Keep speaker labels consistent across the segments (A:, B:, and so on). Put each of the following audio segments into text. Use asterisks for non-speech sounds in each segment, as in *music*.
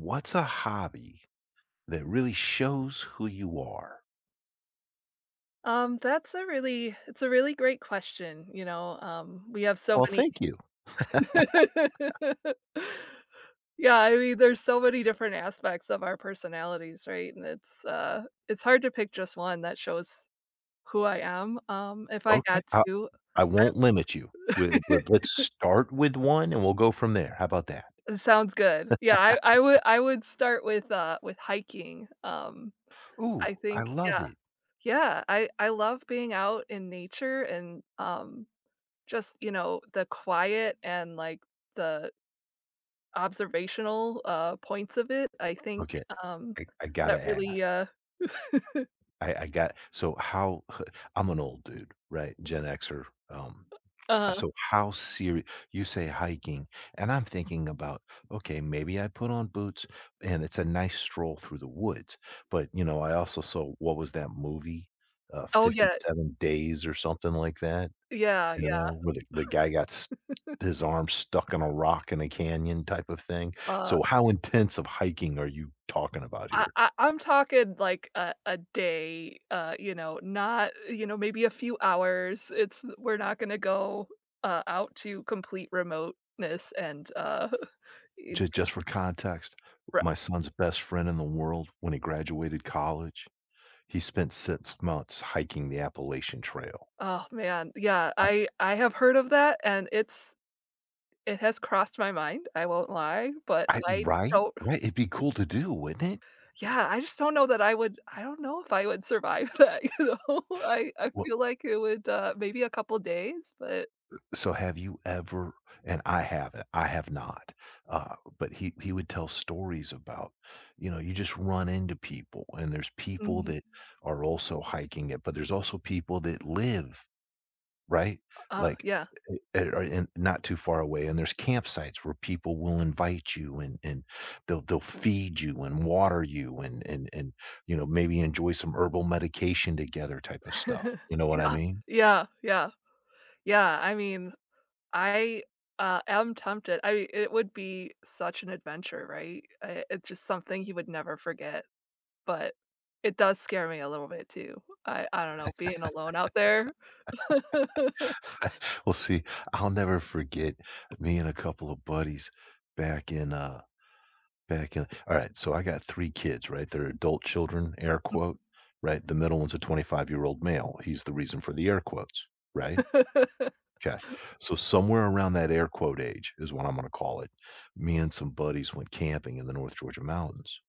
A: What's a hobby that really shows who you are?
B: That's a really it's a really great question, you know, we have so
A: Well,
B: many.
A: thank you.
B: *laughs* Yeah, I mean, there's so many different aspects of our personalities, right? And it's it's hard to pick just one that shows who I am, if I
A: Okay.
B: had
A: I
B: to.
A: I won't limit you, wi but
B: *laughs*
A: let's start with one, and we'll go from there. How about that?
B: It sounds good. Yeah, I would start with hiking,
A: Ooh,
B: I
A: I
B: think
A: love
B: yeah,
A: it.
B: yeah, I love being out in nature and, just, you know, the quiet and, like, the observational, points of it, I think,
A: Okay,
B: um,
A: I
B: that
A: gotta
B: really,
A: ask.
B: uh
A: I got so how *laughs* I'm an old dude, right? Gen Xer. Um,
B: uh
A: So how serious you say hiking, and I'm thinking about, okay, maybe I put on boots and it's a nice stroll through the woods. But, you know, I also saw what was that movie?
B: Oh, yeah.
A: 57 Days or something like that,
B: Yeah,
A: you
B: yeah,
A: know, where the guy got s his arm stuck in a rock in a canyon type of thing.
B: uh,
A: So how intense of hiking are you talking about
B: I
A: here?
B: I I'm talking like a day, you know, not you know, maybe a few hours, it's we're not gonna go, out to complete remoteness. *laughs* it'd
A: Just
B: be
A: just for context,
B: Right.
A: my son's best friend in the world when he graduated college, he spent 6 months hiking the Appalachian Trail.
B: Oh, man, yeah,
A: I
B: I have heard of that, and it has crossed my mind, I won't lie, but
A: I
B: I
A: right?
B: don't
A: Right, it'd be cool to do, wouldn't it?
B: Yeah, I just don't know that I don't know if I would survive that, *laughs* you know? I
A: Well,
B: feel like it would, maybe a couple days, but
A: so have you ever and I haven't, I have not, but he would tell stories about, you know, you just run into people, and there's people
B: Mhm.
A: that are also hiking it, but there's also people that live, right?
B: uh,
A: Like,
B: yeah,
A: and not too far away, and there's campsites where people will invite you and they'll feed you and water you and, you know, maybe enjoy some herbal medication together type of stuff. You know what I
B: yeah,
A: mean?
B: yeah, yeah, yeah, I mean, I, am tempted. I mean, it would be such an adventure, right? I it's just something you would never forget, but it does scare me a little bit too. I don't know, being alone out there. *laughs*
A: Well, see, I'll never forget me and a couple of buddies back in, all right, so I got 3 kids, right? They're adult children, air quote, right? The middle one's a 25-year-old male. He's the reason for the air quotes, right? Okay. So somewhere around that air quote age is what I'm gonna call it, me and some buddies went camping in the North Georgia mountains,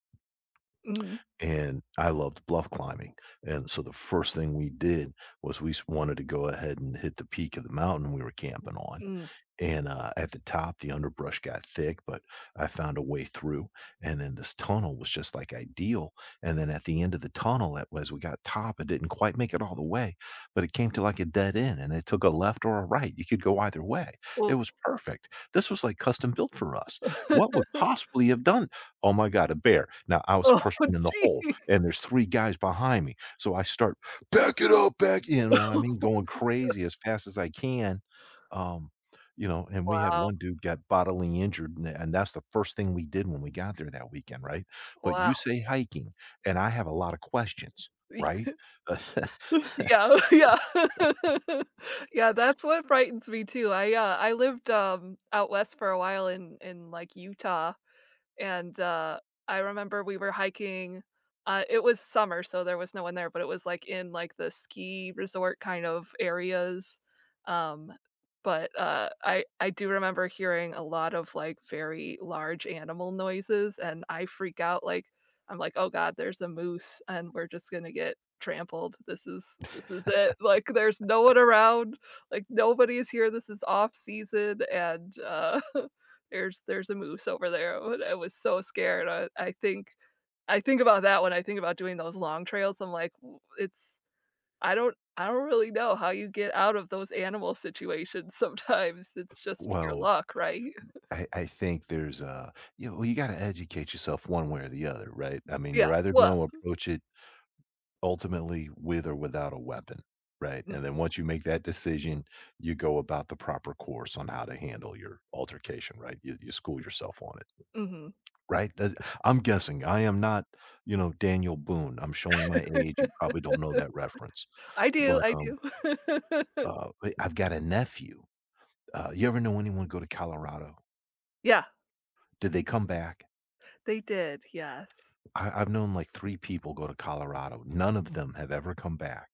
B: Mhm.
A: and I loved bluff climbing, and so the first thing we did was we s wanted to go ahead and hit the peak of the mountain we were camping on,
B: Mm.
A: and, at the top, the underbrush got thick, but I found a way through, and then this tunnel was just, like, ideal, and then at the end of the tunnel, at was we got top, it didn't quite make it all the way, but it came to, like, a dead end, and it took a left or a right, you could go either way.
B: Oh.
A: It was perfect. This was, like, custom built for us. What
B: *laughs*
A: would possibly have done? Oh my god, a bear. Now, I was
B: Oh,
A: first one in the hole,
B: gee.
A: and there's 3 guys behind me, so I start, "Back it up, back," you know what I mean,
B: *laughs*
A: going crazy as fast as I can, um you know, and we had
B: Wow,
A: one dude got bodily injured, and that's the first thing we did when we got there that weekend, right? But you
B: wow.
A: say hiking, and I have a lot of questions,
B: Y
A: right? *laughs*
B: *laughs* yeah. *laughs* Yeah, that's what frightens me too. I lived, out west for a while like, Utah and, I remember we were hiking, it was summer, so there was no one there, but it was, like, in, like, the ski resort kind of areas, um, I do remember hearing a lot of, like, very large animal noises, and I freak out, like, I'm like, "Oh god, there's a moose, and we're just gonna get trampled, this is it, like, there's no one around, like, nobody's here, this is off season," *laughs* there's a moose over there, and I was so scared. I think about that when I think about doing those long trails, I'm like, "W it's I don't really know how you get out of those animal situations *laughs* sometimes, it's just pure
A: Well,
B: luck, right?"
A: I think there's a, you know, you got to educate yourself one way or the other, right? I mean,
B: Yeah,
A: you're either going
B: well
A: to approach it ultimately with or without a weapon, right?
B: mm,
A: And then once you make that decision, you go about the proper course on how to handle your altercation, right? You school yourself on it,
B: mhm.
A: right? I'm guessing I am not, you know, Daniel Boone. I'm showing my age. You probably don't know that reference,
B: I do,
A: but
B: I do. *laughs*
A: I've got a nephew. You ever know anyone go to Colorado?
B: Yeah,
A: Did they come back?
B: they did, yes.
A: I've known like three people go to Colorado. None of them have ever come back.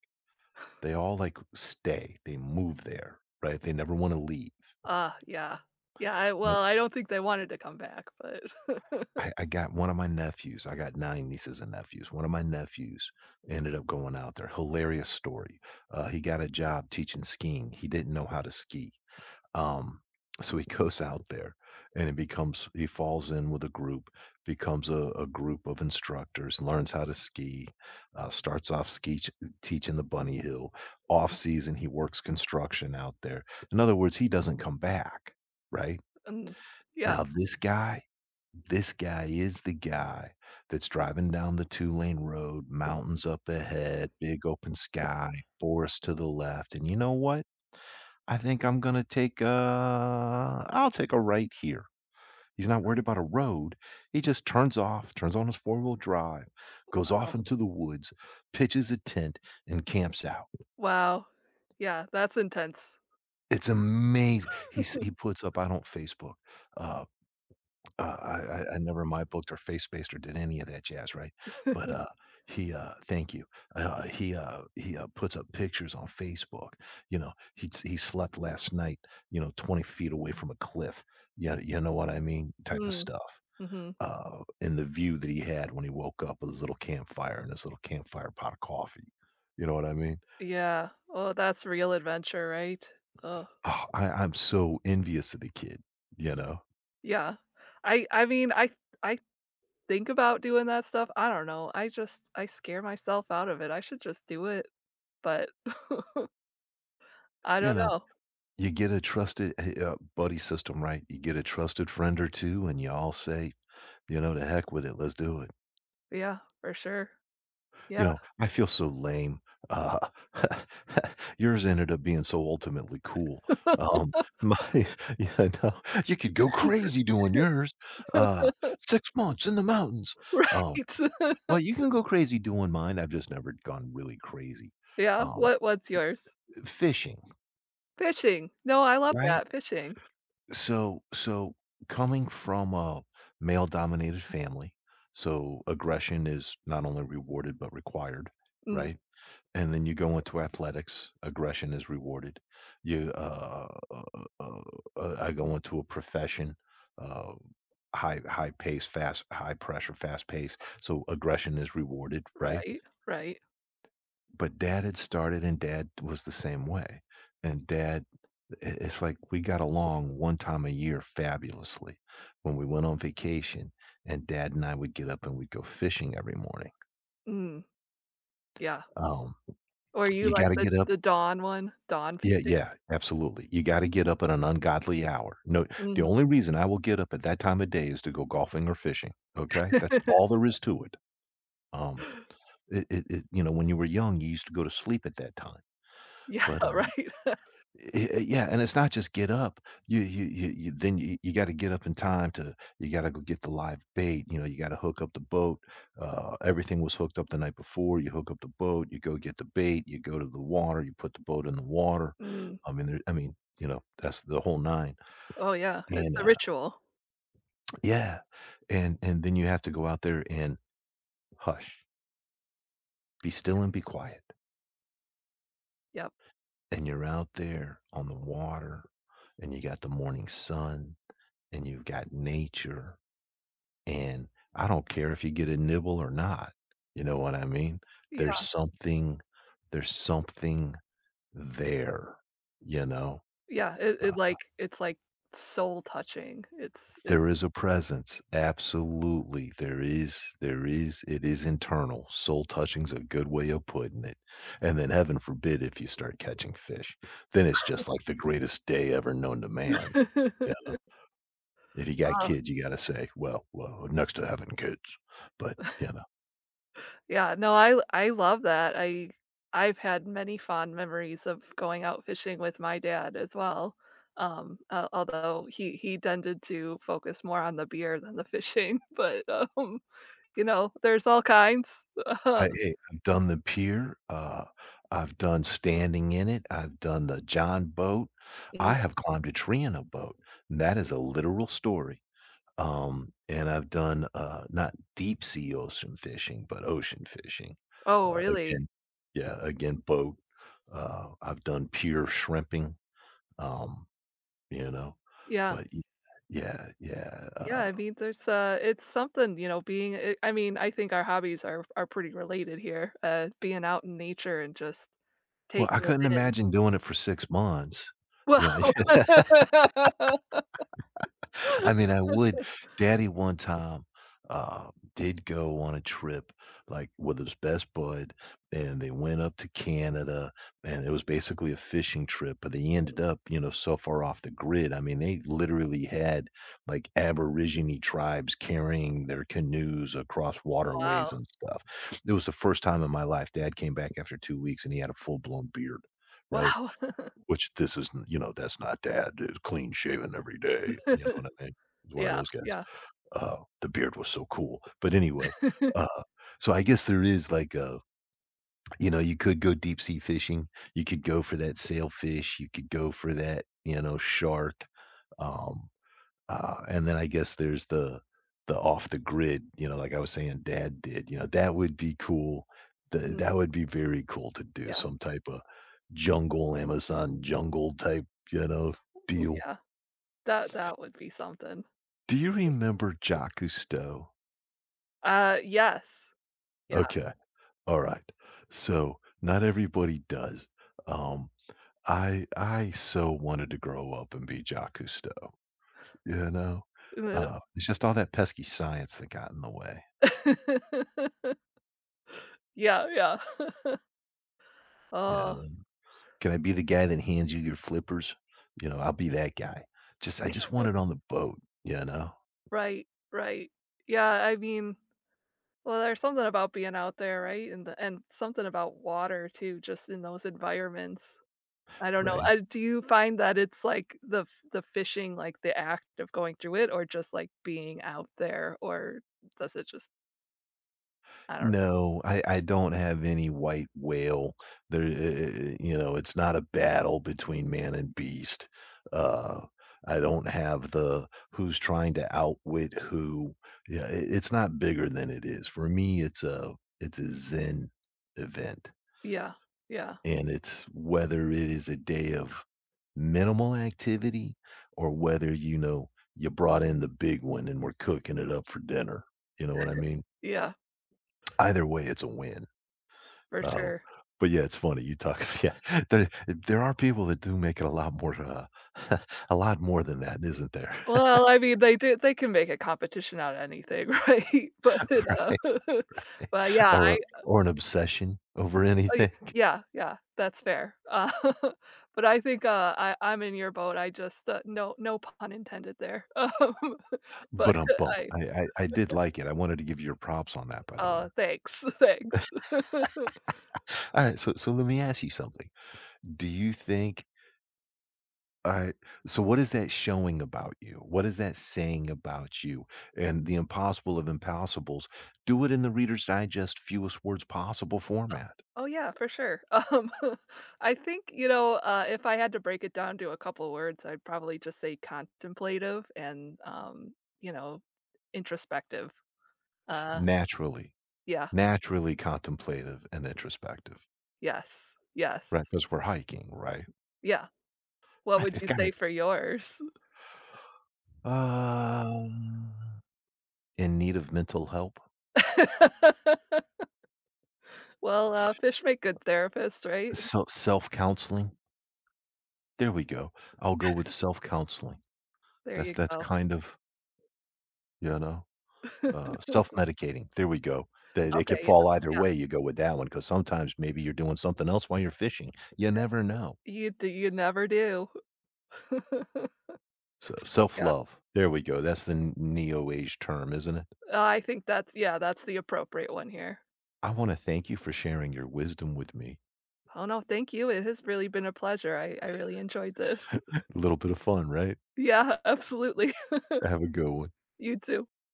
A: They all, like, stay, they move there, right? They never wanna leave.
B: Ah, yeah. Yeah, I
A: But
B: well, I don't think they wanted to come back, but *laughs*
A: I got one of my nephews, I got 9 nieces and nephews. One of my nephews ended up going out there, hilarious story. He got a job teaching skiing, he didn't know how to ski. Um, so he *laughs* goes out there and it becomes he falls in with a group, becomes a group of instructors, learns how to ski, starts off teaching the bunny hill. Off season, he works construction out there. In other words, he doesn't come back, right?
B: Mm, yeah,
A: Now, this guy is the guy that's driving down the two-lane road, mountains up ahead, big open sky, forest to the left. And you know what? I'll take a right here. He's not worried about a road. He just turns off, turns on his four-wheel drive, goes off
B: no.
A: into the woods, pitches a tent, and camps out.
B: Wow. Yeah, that's intense.
A: It's amazing. He puts up, I don't Facebook, uh, Uh, I never my booked or face based or did any of that jazz, right? But, thank you. He puts up pictures on Facebook, you know, he slept last night, you know, 20 feet away from a cliff, yeah, you know what I mean, type of
B: Mm,
A: stuff.
B: mhm.
A: And the view that he had when he woke up with his little campfire and his little campfire pot of coffee, you know what I mean?
B: Yeah. Oh, that's real adventure, right? Oh,
A: Oh, I 'm so envious of the kid, you know?
B: yeah. I I mean, I I think about doing that stuff. I don't know. I scare myself out of it. I should just do it, but *laughs* I
A: You
B: don't
A: know?
B: know.
A: You get a trusted buddy system, right? You get a trusted friend or 2, and y'all say, "You know, to heck with it, let's do it."
B: Yeah, for sure. Yeah.
A: You know, I feel so lame. Uh, *laughs* Yours ended up being so ultimately cool.
B: *laughs*
A: Um, my *laughs* yeah, no, you could go crazy doing yours. Uh, 6 months in the mountains. Um,
B: Right. *laughs*
A: well, you can go crazy doing mine. I've just never gone really crazy.
B: Yeah.
A: Um,
B: What what's yours?
A: fishing,
B: Fishing. No, I love
A: right?
B: that. Fishing.
A: So coming from a male-dominated family, so aggression is not only rewarded but required,
B: Mm,
A: right? And then you go into athletics, aggression is rewarded. You, uh, uh, uh, I go into a profession, uh, high pace, fast, high pressure, fast pace, so aggression is rewarded, right?
B: right. Right.
A: But dad had started and Dad was the same way. And dad, I it's like we got along one time a year fabulously when we went on vacation, and dad and I would get up and we'd go fishing every morning.
B: Mm, yeah.
A: Um,
B: Or you
A: you
B: like
A: gotta
B: the
A: get up
B: the dawn one? Dawn
A: Yeah,
B: fishing?
A: yeah, absolutely. You gotta get up at an ungodly hour. No, the
B: Mm.
A: only reason I will get up at that time of day is to go golfing or fishing, okay? That's all there is to it. Um,
B: *laughs*
A: you know, when you were young, you used to go to sleep at that time,
B: Yeah,
A: but,
B: right. *laughs*
A: Yeah, and it's not just get up. You got to get up in time to, you got to go get the live bait. You know, you got to hook up the boat. Everything was hooked up the night before. You hook up the boat. You go get the bait. You go to the water. You put the boat in the water.
B: Mm.
A: I mean, I mean, you know, that's the whole nine.
B: Oh, yeah, it's
A: And
B: a ritual.
A: yeah, and then you have to go out there and hush, be
B: Yep,
A: still and be quiet.
B: yep,
A: And you're out there on the water, and you got the morning sun, and you've got nature. And I don't care if you get a nibble or not, you know what I mean? There's
B: yeah,
A: something there's something there, you know?
B: yeah, it,
A: Uh,
B: like it's, like, soul touching, it's it.
A: there is a presence, absolutely, there is, it is internal, soul touching's a good way of putting it, and then heaven forbid if you start catching fish, then it's just like the greatest day ever known to man, you know?
B: *laughs*
A: If you got
B: Oh,
A: kids, you gotta say, Well, next to having kids," but, you know.
B: yeah, no, I love that, I I've had many fond memories of going out fishing with my dad as well, al although he tended to focus more on the beer than the fishing, *laughs* but, you know, there's all kinds. *laughs*
A: I've done the pier, I've done standing in it, I've done the John boat, I
B: Mm.
A: have climbed a tree in a boat, and that is a literal story, and I've done, not deep sea ocean fishing, but ocean fishing,
B: Oh, really?
A: again yeah, again, boat, I've done pier shrimping, um, you know,
B: Yeah.
A: but y yeah, yeah,
B: Yeah, I mean, there's it's something, you know, being. I mean, I think our hobbies are pretty related here. Being out in nature and just
A: well, I
B: taking
A: couldn't
B: it in.
A: imagine doing it for 6 months,
B: Well,
A: yeah. *laughs*
B: *laughs*
A: I mean, I would Daddy one time, uh, did go on a trip, like, with his best bud, and they went up to Canada, and it was basically a fishing trip, but they ended up, you know, so far off the grid, I mean, they literally had, like, Aborigine tribes carrying their canoes across
B: wow,
A: waterways and stuff. It was the first time in my life, dad came back after 2 weeks, and he had a full-blown beard, right?
B: wow,
A: Which this isn't You know, that's not dad, is clean shaven every day, you know
B: *laughs*
A: what I mean? He's one of
B: yeah,
A: those guys.
B: yeah,
A: The beard was so cool, but anyway, uh, so I guess there is like a, you know, you could go deep sea fishing, you could go for that sailfish, you could go for that, you know, shark, um and then I guess there's the off the grid, you know, like I was saying dad did, you know, that would be cool. Th
B: mhm,
A: That would be very cool to do
B: yeah,
A: some type of jungle, Amazon jungle type, you know, deal.
B: yeah. That that would be something.
A: Do you remember Jacques Cousteau?
B: Yes,
A: Okay. All right. So not everybody does. Um, I so wanted to grow up and be Jacques Cousteau, you know?
B: *laughs*
A: It's just all that pesky science that got in the way.
B: yeah, yeah. *laughs*
A: Yeah.
B: Oh,
A: Can I be the guy that hands you your flippers? You know, I'll be that guy. Just I
B: yeah,
A: just want it on the boat, you know,
B: right, right. Yeah, I mean. Well, there's something about being out there, right? And the and something about water too, just in those environments. I don't know.
A: right?
B: Do you find that it's like the fishing, like the act of going through it, or just like being out there, or does it just. I don't know?
A: No, I don't have any white whale. There I You know, it's not a battle between man and beast. Uh, I don't have the who's trying to outwit who. Yeah, I it's not bigger than it is. For me, it's a Zen event.
B: Yeah, yeah,
A: And it's whether it is a day of minimal activity or whether, you know, you brought in the big one and we're cooking it up for dinner. You know what I mean?
B: yeah,
A: Either way, it's a win.
B: for
A: Uh,
B: sure.
A: but yeah, it's funny. You talk, *laughs* yeah, there are people that do make it a lot more, *laughs* a lot more than that, isn't there?
B: Well, I mean, they do. They can make a competition out of anything, *laughs* right? But
A: *laughs*
B: uh,
A: Right?
B: *laughs* but yeah.
A: Or, or an obsession over
B: Oh, y
A: anything. *laughs*
B: Yeah, that's fair. *laughs* But I think, I I'm in your boat. I just, no no pun intended there. *laughs* *laughs* But
A: But bump.
B: I
A: I did like it. I wanted to give you your props on that, by the way.
B: thanks, *laughs* thanks. *laughs*
A: All right, so let me ask you something. Do you think Alright, So what is that showing about you? What is that saying about you? And the impossible of impossibles, do it in the Reader's Digest fewest words possible format.
B: Oh, yeah, for sure. *laughs* I think, you know, if I had to break it down to a couple words, I'd probably just say contemplative and, you know, introspective. Uh,
A: Naturally,
B: yeah,
A: naturally contemplative and introspective,
B: yes, yes,
A: right? Because 'Cause we're hiking, right?
B: yeah. What
A: I
B: would
A: it's
B: you say
A: gotta
B: for yours?
A: um, in need of mental help.
B: *laughs* Well, fish make good therapists, right?
A: Self-counseling. There we go. I'll go with self-counseling.
B: There you
A: That's
B: go.
A: kind of, you know? Uh, self-medicating. There we go. They could
B: Okay, yeah,
A: fall either
B: yeah.
A: way. You go with that one because sometimes maybe you're doing something else while you're fishing. You never know.
B: You do you never do. *laughs*
A: So
B: Yeah,
A: self-love. There we go. That's the neo-age term, isn't it?
B: I think that's yeah, that's the appropriate one here.
A: I want to thank you for sharing your wisdom with me.
B: Oh, no, thank you, it has really been a pleasure, I really enjoyed this.
A: *laughs*
B: *laughs*
A: A little bit of fun, right?
B: Yeah, absolutely. *laughs*
A: Have a good one.
B: You too.